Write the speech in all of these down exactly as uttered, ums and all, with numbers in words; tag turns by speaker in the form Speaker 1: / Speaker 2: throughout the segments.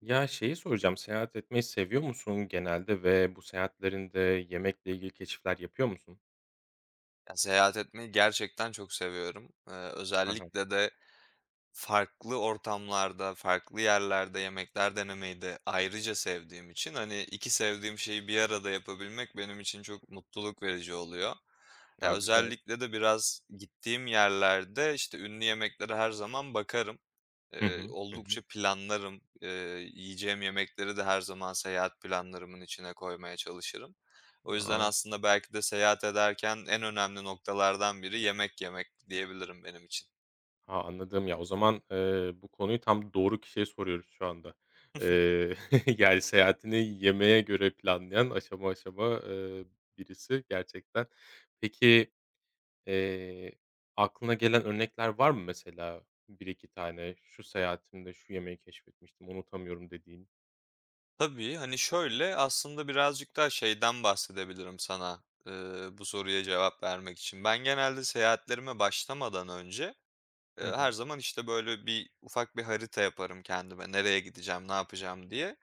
Speaker 1: Ya, şeyi soracağım, seyahat etmeyi seviyor musun genelde ve bu seyahatlerinde yemekle ilgili keşifler yapıyor musun?
Speaker 2: Ya, seyahat etmeyi gerçekten çok seviyorum. Eee,
Speaker 1: Aha, hı.
Speaker 2: özellikle de farklı ortamlarda, farklı yerlerde yemekler denemeyi de ayrıca sevdiğim için, hani, iki sevdiğim şeyi bir arada yapabilmek benim için çok mutluluk verici oluyor. Ya,
Speaker 1: Güzel.
Speaker 2: özellikle de biraz gittiğim yerlerde, işte, ünlü yemeklere her zaman bakarım.
Speaker 1: Hı
Speaker 2: Eee,
Speaker 1: hı. Hı hı.
Speaker 2: oldukça planlarım. Eee, yiyeceğim yemekleri de her zaman seyahat planlarımın içine koymaya çalışırım. O yüzden
Speaker 1: A!
Speaker 2: aslında belki de seyahat ederken en önemli noktalardan biri yemek yemek diyebilirim benim için.
Speaker 1: A, anladım. Ya, o zaman, eee, bu konuyu tam doğru kişiye soruyoruz şu anda. Eee, yani, seyahatini yemeğe göre planlayan aşama aşama, eee, birisi gerçekten. Peki, eee, aklına gelen örnekler var mı mesela? Bir iki tane, "Şu seyahatimde şu yemeği keşfetmiştim, unutamıyorum." dediğin?
Speaker 2: Tabii, hani, şöyle, aslında birazcık daha şeyden bahsedebilirim sana, eee, bu soruya cevap vermek için. Ben genelde seyahatlerime başlamadan önce Eee,
Speaker 1: Hı
Speaker 2: her
Speaker 1: hı.
Speaker 2: zaman, işte, böyle, bir ufak bir harita yaparım kendime, nereye gideceğim, ne yapacağım diye.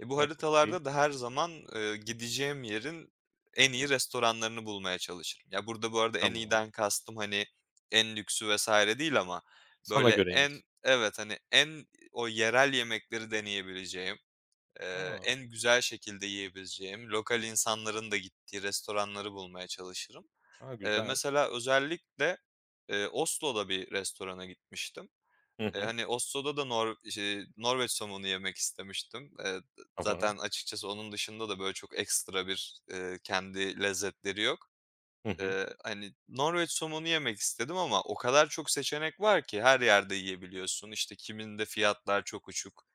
Speaker 2: E, bu
Speaker 1: A, çok iyi.
Speaker 2: haritalarda da her zaman, eee, gideceğim yerin en iyi restoranlarını bulmaya çalışırım. Ya, burada bu arada en
Speaker 1: Tamam.
Speaker 2: iyiden kastım, hani, en lüksü vesaire değil ama
Speaker 1: Sana
Speaker 2: böyle
Speaker 1: göreymiş.
Speaker 2: en Evet, hani, en o yerel yemekleri deneyebileceğim, eee,
Speaker 1: A!
Speaker 2: en güzel şekilde yiyebileceğim, lokal insanların da gittiği restoranları bulmaya çalışırım.
Speaker 1: A,
Speaker 2: Eee,
Speaker 1: güzel.
Speaker 2: mesela özellikle, eee, Oslo'da bir restorana gitmiştim.
Speaker 1: Hı
Speaker 2: Eee,
Speaker 1: hı.
Speaker 2: hani, Oslo'da da Nor şey, Norveç somonu yemek istemiştim. Eee,
Speaker 1: Tamam.
Speaker 2: zaten açıkçası onun dışında da, böyle, çok ekstra bir, eee, kendi lezzetleri yok.
Speaker 1: Hı hı.
Speaker 2: Eee, hani, Norveç somonu yemek istedim ama o kadar çok seçenek var ki her yerde yiyebiliyorsun. İşte, kiminde fiyatlar çok uçuk.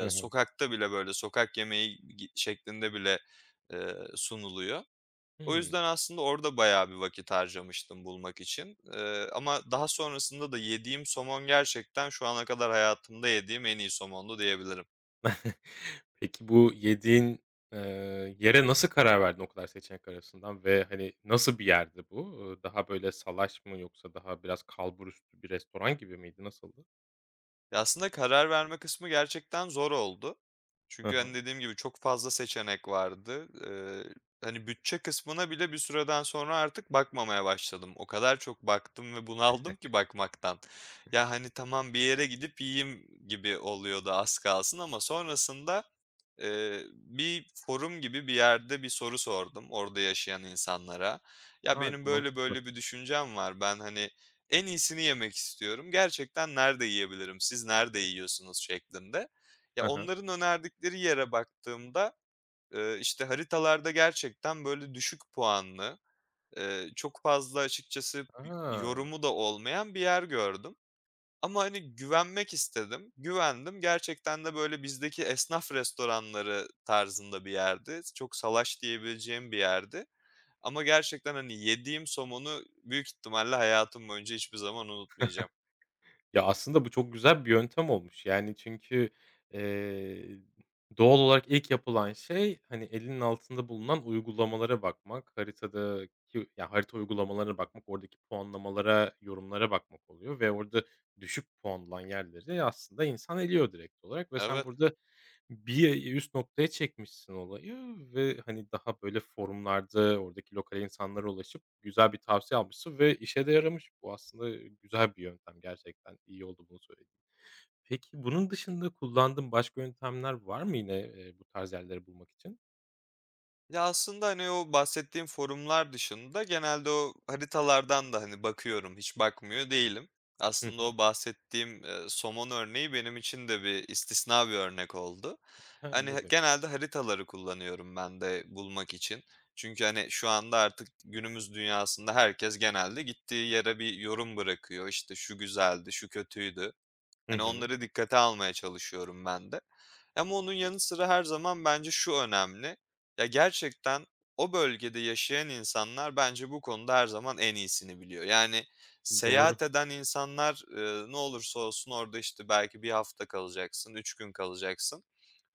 Speaker 1: Hı hı.
Speaker 2: sokakta bile, böyle, sokak yemeği gi şeklinde bile, eee, sunuluyor. O
Speaker 1: Hımm.
Speaker 2: yüzden aslında orada bayağı bir vakit harcamıştım bulmak için. Eee, ama daha sonrasında da yediğim somon gerçekten şu ana kadar hayatımda yediğim en iyi somondu diyebilirim.
Speaker 1: Peki bu yediğin, eee, yere nasıl karar verdin o kadar seçenek arasından ve, hani, nasıl bir yerdi bu? Iıı, daha böyle salaş mı yoksa daha biraz kalburüstü bir restoran gibi miydi? Nasıldı?
Speaker 2: Ya, aslında karar verme kısmı gerçekten zor oldu.
Speaker 1: Hı
Speaker 2: Çünkü, hani,
Speaker 1: hı.
Speaker 2: dediğim gibi çok fazla seçenek vardı. Eee, hani, bütçe kısmına bile bir süreden sonra artık bakmamaya başladım. O kadar çok baktım ve bunaldım ki bakmaktan. Ya, hani, tamam bir yere gidip yiyeyim gibi oluyordu az kalsın ama sonrasında Eee, bir forum gibi bir yerde bir soru sordum orada yaşayan insanlara. Ya,
Speaker 1: A,
Speaker 2: benim böyle
Speaker 1: mantıklı.
Speaker 2: böyle bir düşüncem var. Ben, hani, en iyisini yemek istiyorum. Gerçekten nerede yiyebilirim, siz nerede yiyorsunuz şeklinde. Ya,
Speaker 1: Hı hı.
Speaker 2: onların önerdikleri yere baktığımda, eee, işte, haritalarda gerçekten böyle düşük puanlı, eee, çok fazla açıkçası
Speaker 1: A!
Speaker 2: yorumu da olmayan bir yer gördüm. Ama, hani, güvenmek istedim. Güvendim. Gerçekten de, böyle, bizdeki esnaf restoranları tarzında bir yerdi. Çok salaş diyebileceğim bir yerdi ama gerçekten, hani, yediğim somonu büyük ihtimalle hayatım boyunca hiçbir zaman unutmayacağım.
Speaker 1: Ya, aslında bu çok güzel bir yöntem olmuş. Yani, çünkü, eee, doğal olarak ilk yapılan şey, hani, elinin altında bulunan uygulamalara bakmak, haritadaki ya, harita uygulamalarına bakmak, oradaki puanlamalara, yorumlara bakmak oluyor ve orada düşük puanlanan yerleri aslında insan eliyor direkt olarak ve sen
Speaker 2: Evet.
Speaker 1: burada bir üst noktaya çekmişsin olayı ve, hani, daha böyle forumlarda oradaki lokal insanlara ulaşıp güzel bir tavsiye almışsın ve işe de yaramış. Bu aslında güzel bir yöntem gerçekten. İyi oldu bunu söylediğin. Peki bunun dışında kullandığın başka yöntemler var mı yine, eee, bu tarz yerleri bulmak için?
Speaker 2: Ya, aslında, hani, o bahsettiğim forumlar dışında genelde o haritalardan da, hani, bakıyorum, hiç bakmıyor değilim.
Speaker 1: Hı hı.
Speaker 2: Aslında o bahsettiğim, eee, somon örneği benim için de bir istisna bir örnek oldu.
Speaker 1: He,
Speaker 2: Hani, ha
Speaker 1: anladım.
Speaker 2: genelde haritaları kullanıyorum ben de bulmak için. Çünkü, hani, şu anda artık günümüz dünyasında herkes genelde gittiği yere bir yorum bırakıyor. İşte, "Şu güzeldi, şu kötüydü."
Speaker 1: Hı
Speaker 2: Hani,
Speaker 1: hı.
Speaker 2: onları dikkate almaya çalışıyorum ben de. Ama onun yanı sıra her zaman bence şu önemli: Ya, gerçekten o bölgede yaşayan insanlar bence bu konuda her zaman en iyisini biliyor. Yani,
Speaker 1: Doğru.
Speaker 2: seyahat eden insanlar, eee, ne olursa olsun orada, işte, belki bir hafta kalacaksın, üç gün kalacaksın.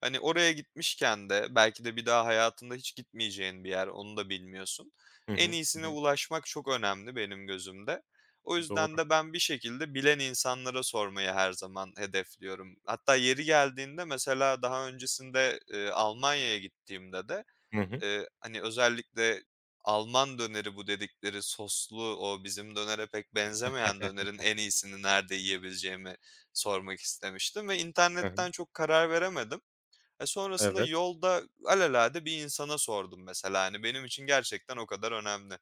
Speaker 2: Hani, oraya gitmişken de belki de bir daha hayatında hiç gitmeyeceğin bir yer, onu da bilmiyorsun.
Speaker 1: Hı hı.
Speaker 2: En iyisine
Speaker 1: Hı hı.
Speaker 2: ulaşmak çok önemli benim gözümde. O yüzden
Speaker 1: Doğru.
Speaker 2: de ben bir şekilde bilen insanlara sormayı her zaman hedefliyorum. Hatta yeri geldiğinde mesela daha öncesinde, eee, Almanya'ya gittiğimde de,
Speaker 1: Hı hı.
Speaker 2: eee, hani, özellikle Alman döneri bu dedikleri soslu, o bizim dönere pek benzemeyen dönerin en iyisini nerede yiyebileceğimi sormak istemiştim ve
Speaker 1: Hı hı.
Speaker 2: internetten çok karar veremedim. E, sonrasında
Speaker 1: Evet.
Speaker 2: yolda alelade bir insana sordum mesela, hani, benim için gerçekten o kadar önemli.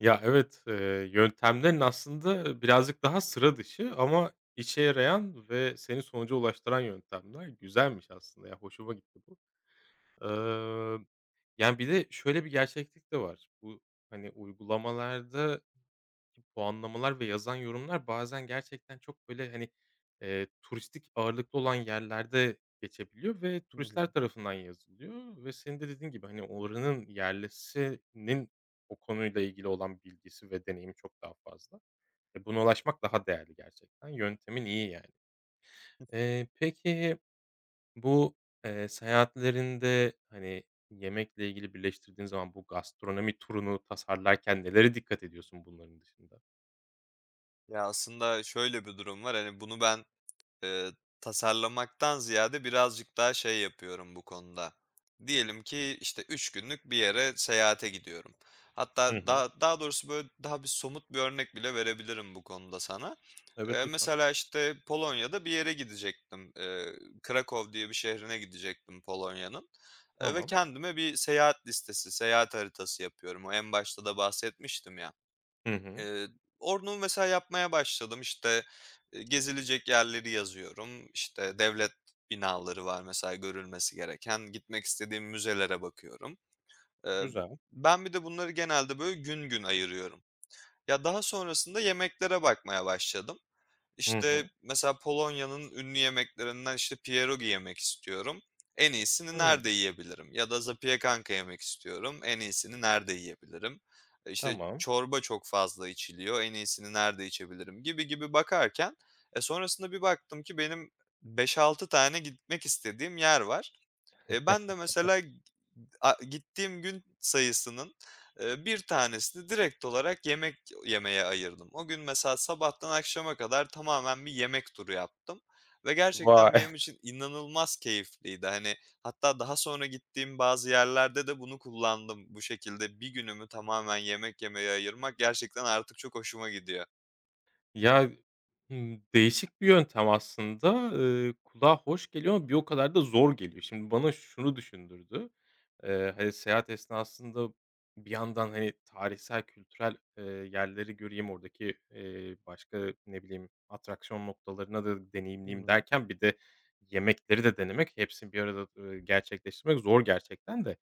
Speaker 1: Ya, evet, eee, yöntemlerin aslında birazcık daha sıra dışı ama işe yarayan ve seni sonuca ulaştıran yöntemler. Güzelmiş aslında ya, hoşuma gitti bu. Emm, yani, bir de şöyle bir gerçeklik de var. Bu, hani, uygulamalarda puanlamalar ve yazan yorumlar bazen gerçekten çok, böyle, hani, eee, turistik ağırlıklı olan yerlerde geçebiliyor ve
Speaker 2: Hı hı.
Speaker 1: turistler tarafından yazılıyor ve senin de dediğin gibi, hani, oranın yerlisinin o konuyla ilgili olan bilgisi ve deneyimi çok daha fazla. E, buna ulaşmak daha değerli gerçekten. Yöntemin iyi yani. Eee, peki bu, eee, seyahatlerinde, hani, yemekle ilgili birleştirdiğin zaman bu gastronomi turunu tasarlarken nelere dikkat ediyorsun bunların dışında?
Speaker 2: Ya, aslında şöyle bir durum var, hani, bunu ben Eee, tasarlamaktan ziyade birazcık daha şey yapıyorum bu konuda. Diyelim ki, işte, üç günlük bir yere seyahate gidiyorum.
Speaker 1: Hı
Speaker 2: Hatta
Speaker 1: hı.
Speaker 2: daha daha doğrusu, böyle, daha bir somut bir örnek bile verebilirim bu konuda sana.
Speaker 1: Evet,
Speaker 2: Eee,
Speaker 1: lütfen.
Speaker 2: mesela, işte, Polonya'da bir yere gidecektim. Eee, Krakow diye bir şehrine gidecektim Polonya'nın, eee, ve
Speaker 1: Tamam.
Speaker 2: kendime bir seyahat listesi, seyahat haritası yapıyorum. O en başta da bahsetmiştim ya.
Speaker 1: Hı hı.
Speaker 2: Eee, onu mesela yapmaya başladım. İşte, eee, gezilecek yerleri yazıyorum. İşte, devlet binaları var mesela görülmesi gereken. Gitmek istediğim müzelere bakıyorum. Eee,
Speaker 1: Güzel.
Speaker 2: ben bir de bunları genelde böyle gün gün ayırıyorum. Ya, daha sonrasında yemeklere bakmaya başladım.
Speaker 1: Hı
Speaker 2: İşte,
Speaker 1: hı.
Speaker 2: mesela Polonya'nın ünlü yemeklerinden, işte, pierogi yemek istiyorum. En iyisini
Speaker 1: Hıı.
Speaker 2: nerede yiyebilirim? Ya da zapiekanka yemek istiyorum. En iyisini nerede yiyebilirim? E, işte,
Speaker 1: Tamam.
Speaker 2: çorba çok fazla içiliyor. En iyisini nerede içebilirim? Gibi gibi bakarken, e, sonrasında bir baktım ki benim beş altı tane gitmek istediğim yer var. Eee, ben de mesela a gittiğim gün sayısının, eee, bir tanesini direkt olarak yemek yemeye ayırdım. O gün mesela sabahtan akşama kadar tamamen bir yemek turu yaptım ve gerçekten
Speaker 1: Vay!
Speaker 2: benim için inanılmaz keyifliydi. Hani, hatta daha sonra gittiğim bazı yerlerde de bunu kullandım. Bu şekilde bir günümü tamamen yemek yemeye ayırmak gerçekten artık çok hoşuma gidiyor.
Speaker 1: Ya, hımm, değişik bir yöntem aslında. Eee, kulağa hoş geliyor ama bir o kadar da zor geliyor. Şimdi bana şunu düşündürdü: Eee, hani, seyahat esnasında bir yandan, hani, tarihsel, kültürel, eee, yerleri göreyim, oradaki, eee, başka, ne bileyim, atraksiyon noktalarına da
Speaker 2: Hı
Speaker 1: deneyimleyeyim
Speaker 2: hı.
Speaker 1: derken bir de yemekleri de denemek, hepsini bir arada, eee, gerçekleştirmek zor gerçekten de.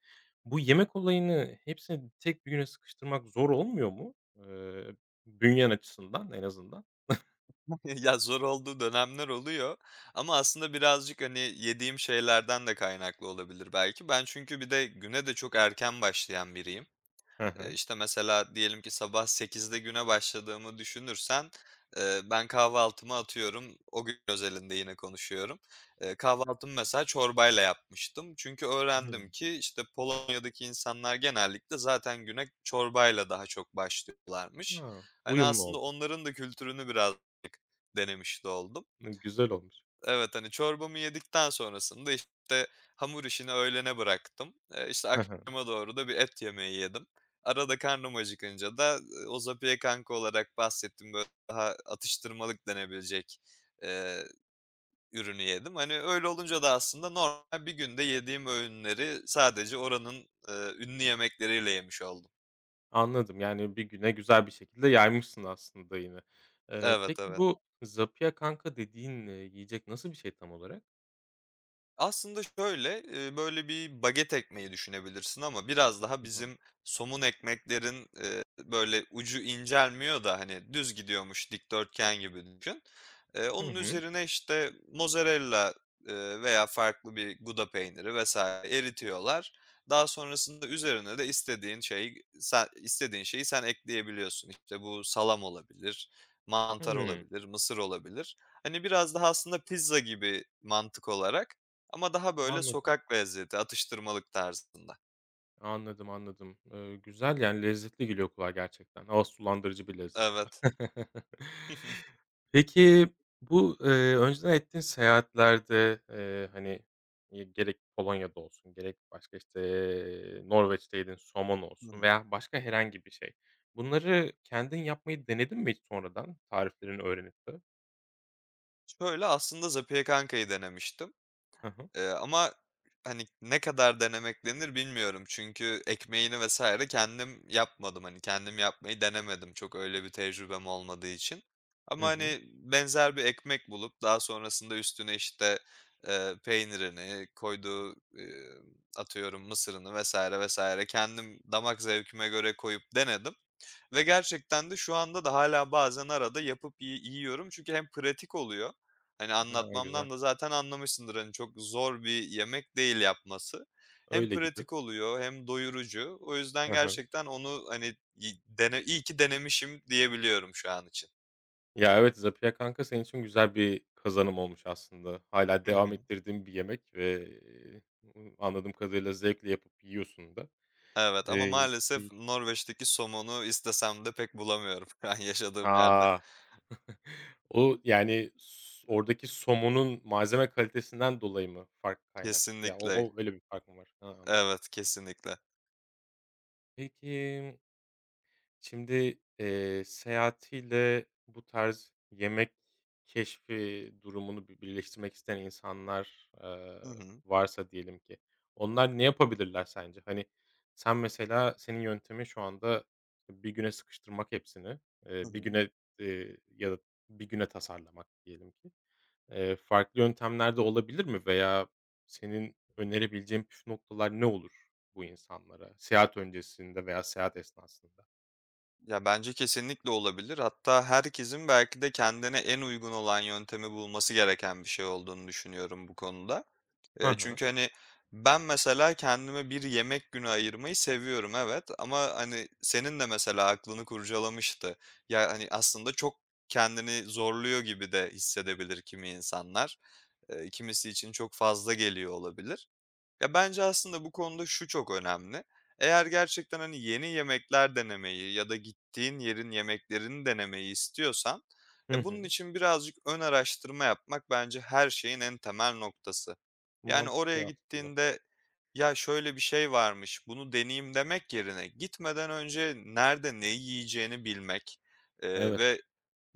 Speaker 1: Bu yemek olayını hepsini tek bir güne sıkıştırmak zor olmuyor mu? Eee, bünyen açısından en azından.
Speaker 2: Ya, zor olduğu dönemler oluyor ama aslında birazcık, hani, yediğim şeylerden de kaynaklı olabilir belki. Ben çünkü bir de güne de çok erken başlayan biriyim.
Speaker 1: He he.
Speaker 2: Eee, işte, mesela diyelim ki sabah sekizde güne başladığımı düşünürsen, eee, ben kahvaltımı atıyorum, o gün özelinde yine konuşuyorum. Eee, kahvaltımı mesela çorbayla yapmıştım. Çünkü öğrendim
Speaker 1: Hımm.
Speaker 2: ki, işte, Polonya'daki insanlar genellikle zaten güne çorbayla daha çok başlıyorlarmış.
Speaker 1: Ha,
Speaker 2: Hani,
Speaker 1: uyumlu
Speaker 2: aslında
Speaker 1: oldu.
Speaker 2: onların da kültürünü biraz denemiş de oldum.
Speaker 1: Iıı, güzel olmuş.
Speaker 2: Evet, hani, çorbamı yedikten sonrasında, işte, hamur işini öğlene bıraktım. Eee, işte,
Speaker 1: He he.
Speaker 2: akşama doğru da bir et yemeği yedim. Arada karnım acıkınca da, eee, o zapiyekankı olarak bahsettiğim, böyle, daha atıştırmalık denebilecek, eee, ürünü yedim. Hani, öyle olunca da aslında normal bir günde yediğim öğünleri sadece oranın, eee, ünlü yemekleriyle yemiş oldum.
Speaker 1: Anladım. Yani, bir güne güzel bir şekilde yaymışsın aslında yine. Eee,
Speaker 2: Evet,
Speaker 1: peki
Speaker 2: evet.
Speaker 1: bu Zapia kanka dediğin, eee, yiyecek nasıl bir şey tam olarak?
Speaker 2: Aslında şöyle, eee, böyle bir baget ekmeği düşünebilirsin ama biraz daha
Speaker 1: Hı hı.
Speaker 2: bizim somun ekmeklerin, eee, böyle ucu incelmiyor da hani düz gidiyormuş dikdörtgen gibi düşün. Eee,
Speaker 1: Hı
Speaker 2: onun
Speaker 1: hı.
Speaker 2: üzerine işte mozzarella, eee, veya farklı bir Gouda peyniri vesaire eritiyorlar. Daha sonrasında üzerine de istediğin şeyi sen istediğin şeyi sen ekleyebiliyorsun. İşte bu salam olabilir, mantar
Speaker 1: Hımm.
Speaker 2: olabilir, mısır olabilir. Hani biraz daha aslında pizza gibi mantık olarak ama daha böyle
Speaker 1: Anladım.
Speaker 2: sokak lezzeti, atıştırmalık tarzında.
Speaker 1: Anladım, anladım. Eee, güzel, yani, lezzetli geliyor kulağa gerçekten. Ağız sulandırıcı bir lezzet.
Speaker 2: Evet.
Speaker 1: Peki, bu, eee, önceden ettiğin seyahatlerde, eee, hani, eee, gerek Polonya'da olsun, gerek başka, işte, eee, Norveç'teydin, somon
Speaker 2: Hı
Speaker 1: olsun
Speaker 2: hı.
Speaker 1: veya başka herhangi bir şey. Bunları kendin yapmayı denedin mi hiç sonradan tariflerini öğrenip de?
Speaker 2: Şöyle, aslında Zapiye kankayı denemiştim,
Speaker 1: Hı hı.
Speaker 2: eee, ama hani ne kadar denemek denir bilmiyorum. Çünkü ekmeğini vesaire kendim yapmadım. Hani kendim yapmayı denemedim. Çok öyle bir tecrübem olmadığı için.
Speaker 1: Hı
Speaker 2: Ama
Speaker 1: hı.
Speaker 2: hani benzer bir ekmek bulup daha sonrasında üstüne işte, eee, peynirini, koyduğu, eee, atıyorum mısırını vesaire vesaire kendim damak zevkime göre koyup denedim. Ve gerçekten de şu anda da hala bazen arada yapıp yi yiyorum çünkü hem pratik oluyor, hani,
Speaker 1: Ha,
Speaker 2: anlatmamdan
Speaker 1: güzel.
Speaker 2: da zaten anlamışsındır, hani, çok zor bir yemek değil yapması. Hem
Speaker 1: Öyle gibi.
Speaker 2: pratik oluyor hem doyurucu. O yüzden
Speaker 1: Hı hı.
Speaker 2: gerçekten onu, hani, yi dene iyi ki denemişim diyebiliyorum şu an için.
Speaker 1: Ya, evet, Zapiya kanka senin için güzel bir kazanım olmuş aslında. Hala
Speaker 2: Hı
Speaker 1: devam
Speaker 2: hı.
Speaker 1: ettirdiğin bir yemek ve, eee, anladığım kadarıyla zevkle yapıp yiyorsun da.
Speaker 2: Evet ama
Speaker 1: Eee,
Speaker 2: maalesef
Speaker 1: keyif
Speaker 2: Norveç'teki somonu istesem de pek bulamıyorum şu an yaşadığım yerde.
Speaker 1: A! O, yani, s oradaki somonun malzeme kalitesinden dolayı mı fark kaynak ya, o
Speaker 2: Kesinlikle.
Speaker 1: o öyle bir fark mı var? Ha, anladım.
Speaker 2: Evet, kesinlikle.
Speaker 1: Peki, şimdi, eee, seyahatiyle bu tarz yemek keşfi durumunu bi birleştirmek isteyen insanlar, eee,
Speaker 2: Hı hı.
Speaker 1: varsa diyelim ki, onlar ne yapabilirler sence? Hani, sen mesela senin yöntemin şu anda bir güne sıkıştırmak hepsini,
Speaker 2: Hı
Speaker 1: eee, bir
Speaker 2: hı.
Speaker 1: güne, eee, ya da bir güne tasarlamak diyelim ki. Eee, farklı yöntemler de olabilir mi veya senin önerebileceğin püf noktalar ne olur bu insanlara seyahat öncesinde veya seyahat esnasında?
Speaker 2: Ya, bence kesinlikle olabilir. Hatta herkesin belki de kendine en uygun olan yöntemi bulması gereken bir şey olduğunu düşünüyorum bu konuda.
Speaker 1: Hı
Speaker 2: Eee,
Speaker 1: hı.
Speaker 2: çünkü, hani, ben mesela kendime bir yemek günü ayırmayı seviyorum, evet ama, hani, senin de mesela aklını kurcalamıştı. Ya, hani, aslında çok kendini zorluyor gibi de hissedebilir kimi insanlar. Eee, kimisi için çok fazla geliyor olabilir. Ya, bence aslında bu konuda şu çok önemli: Eğer gerçekten, hani, yeni yemekler denemeyi ya da gittiğin yerin yemeklerini denemeyi istiyorsan,
Speaker 1: Hı
Speaker 2: ya,
Speaker 1: hı.
Speaker 2: bunun için birazcık ön araştırma yapmak bence her şeyin en temel noktası. Yani, oraya
Speaker 1: Mantıklı aslında.
Speaker 2: gittiğinde, "Ya, şöyle bir şey varmış, bunu deneyeyim." demek yerine gitmeden önce nerede ne yiyeceğini bilmek, eee,
Speaker 1: Evet.
Speaker 2: ve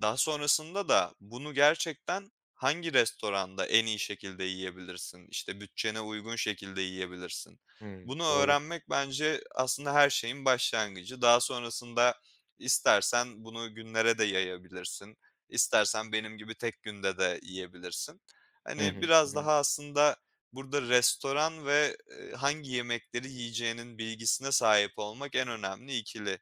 Speaker 2: daha sonrasında da bunu gerçekten hangi restoranda en iyi şekilde yiyebilirsin, işte, bütçene uygun şekilde yiyebilirsin?
Speaker 1: Hımm,
Speaker 2: Bunu
Speaker 1: doğru.
Speaker 2: öğrenmek bence aslında her şeyin başlangıcı. Daha sonrasında istersen bunu günlere de yayabilirsin. İstersen benim gibi tek günde de yiyebilirsin.
Speaker 1: Hı
Speaker 2: Hani,
Speaker 1: hı. Hı
Speaker 2: biraz
Speaker 1: hı.
Speaker 2: daha aslında burada restoran ve, eee, hangi yemekleri yiyeceğinin bilgisine sahip olmak en önemli ikili.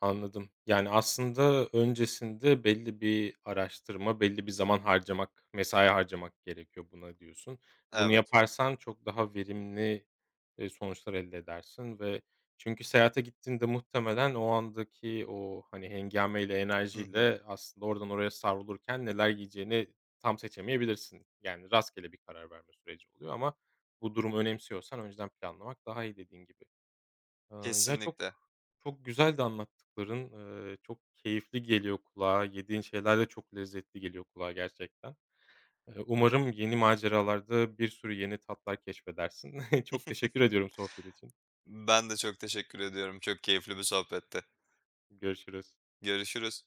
Speaker 1: Anladım. Yani, aslında öncesinde belli bir araştırma, belli bir zaman harcamak, mesai harcamak gerekiyor buna diyorsun. Bunu
Speaker 2: Evet.
Speaker 1: yaparsan çok daha verimli, eee, sonuçlar elde edersin ve çünkü seyahate gittiğinde muhtemelen o andaki o, hani, hengameyle,
Speaker 2: Hı hı.
Speaker 1: enerjiyle aslında oradan oraya savrulurken neler yiyeceğini tam seçemeyebilirsin. Yani, rastgele bir karar verme süreci oluyor ama bu durumu önemsiyorsan önceden planlamak daha iyi dediğin gibi. Aaa, ya, çok
Speaker 2: Kesinlikle.
Speaker 1: çok güzeldi anlattıkların. Eee, çok keyifli geliyor kulağa. Yediğin şeyler de çok lezzetli geliyor kulağa gerçekten. Eee, umarım yeni maceralarda bir sürü yeni tatlar keşfedersin. Çok teşekkür ediyorum sohbet için.
Speaker 2: Ben de çok teşekkür ediyorum. Çok keyifli bir sohbetti.
Speaker 1: Görüşürüz.
Speaker 2: Görüşürüz.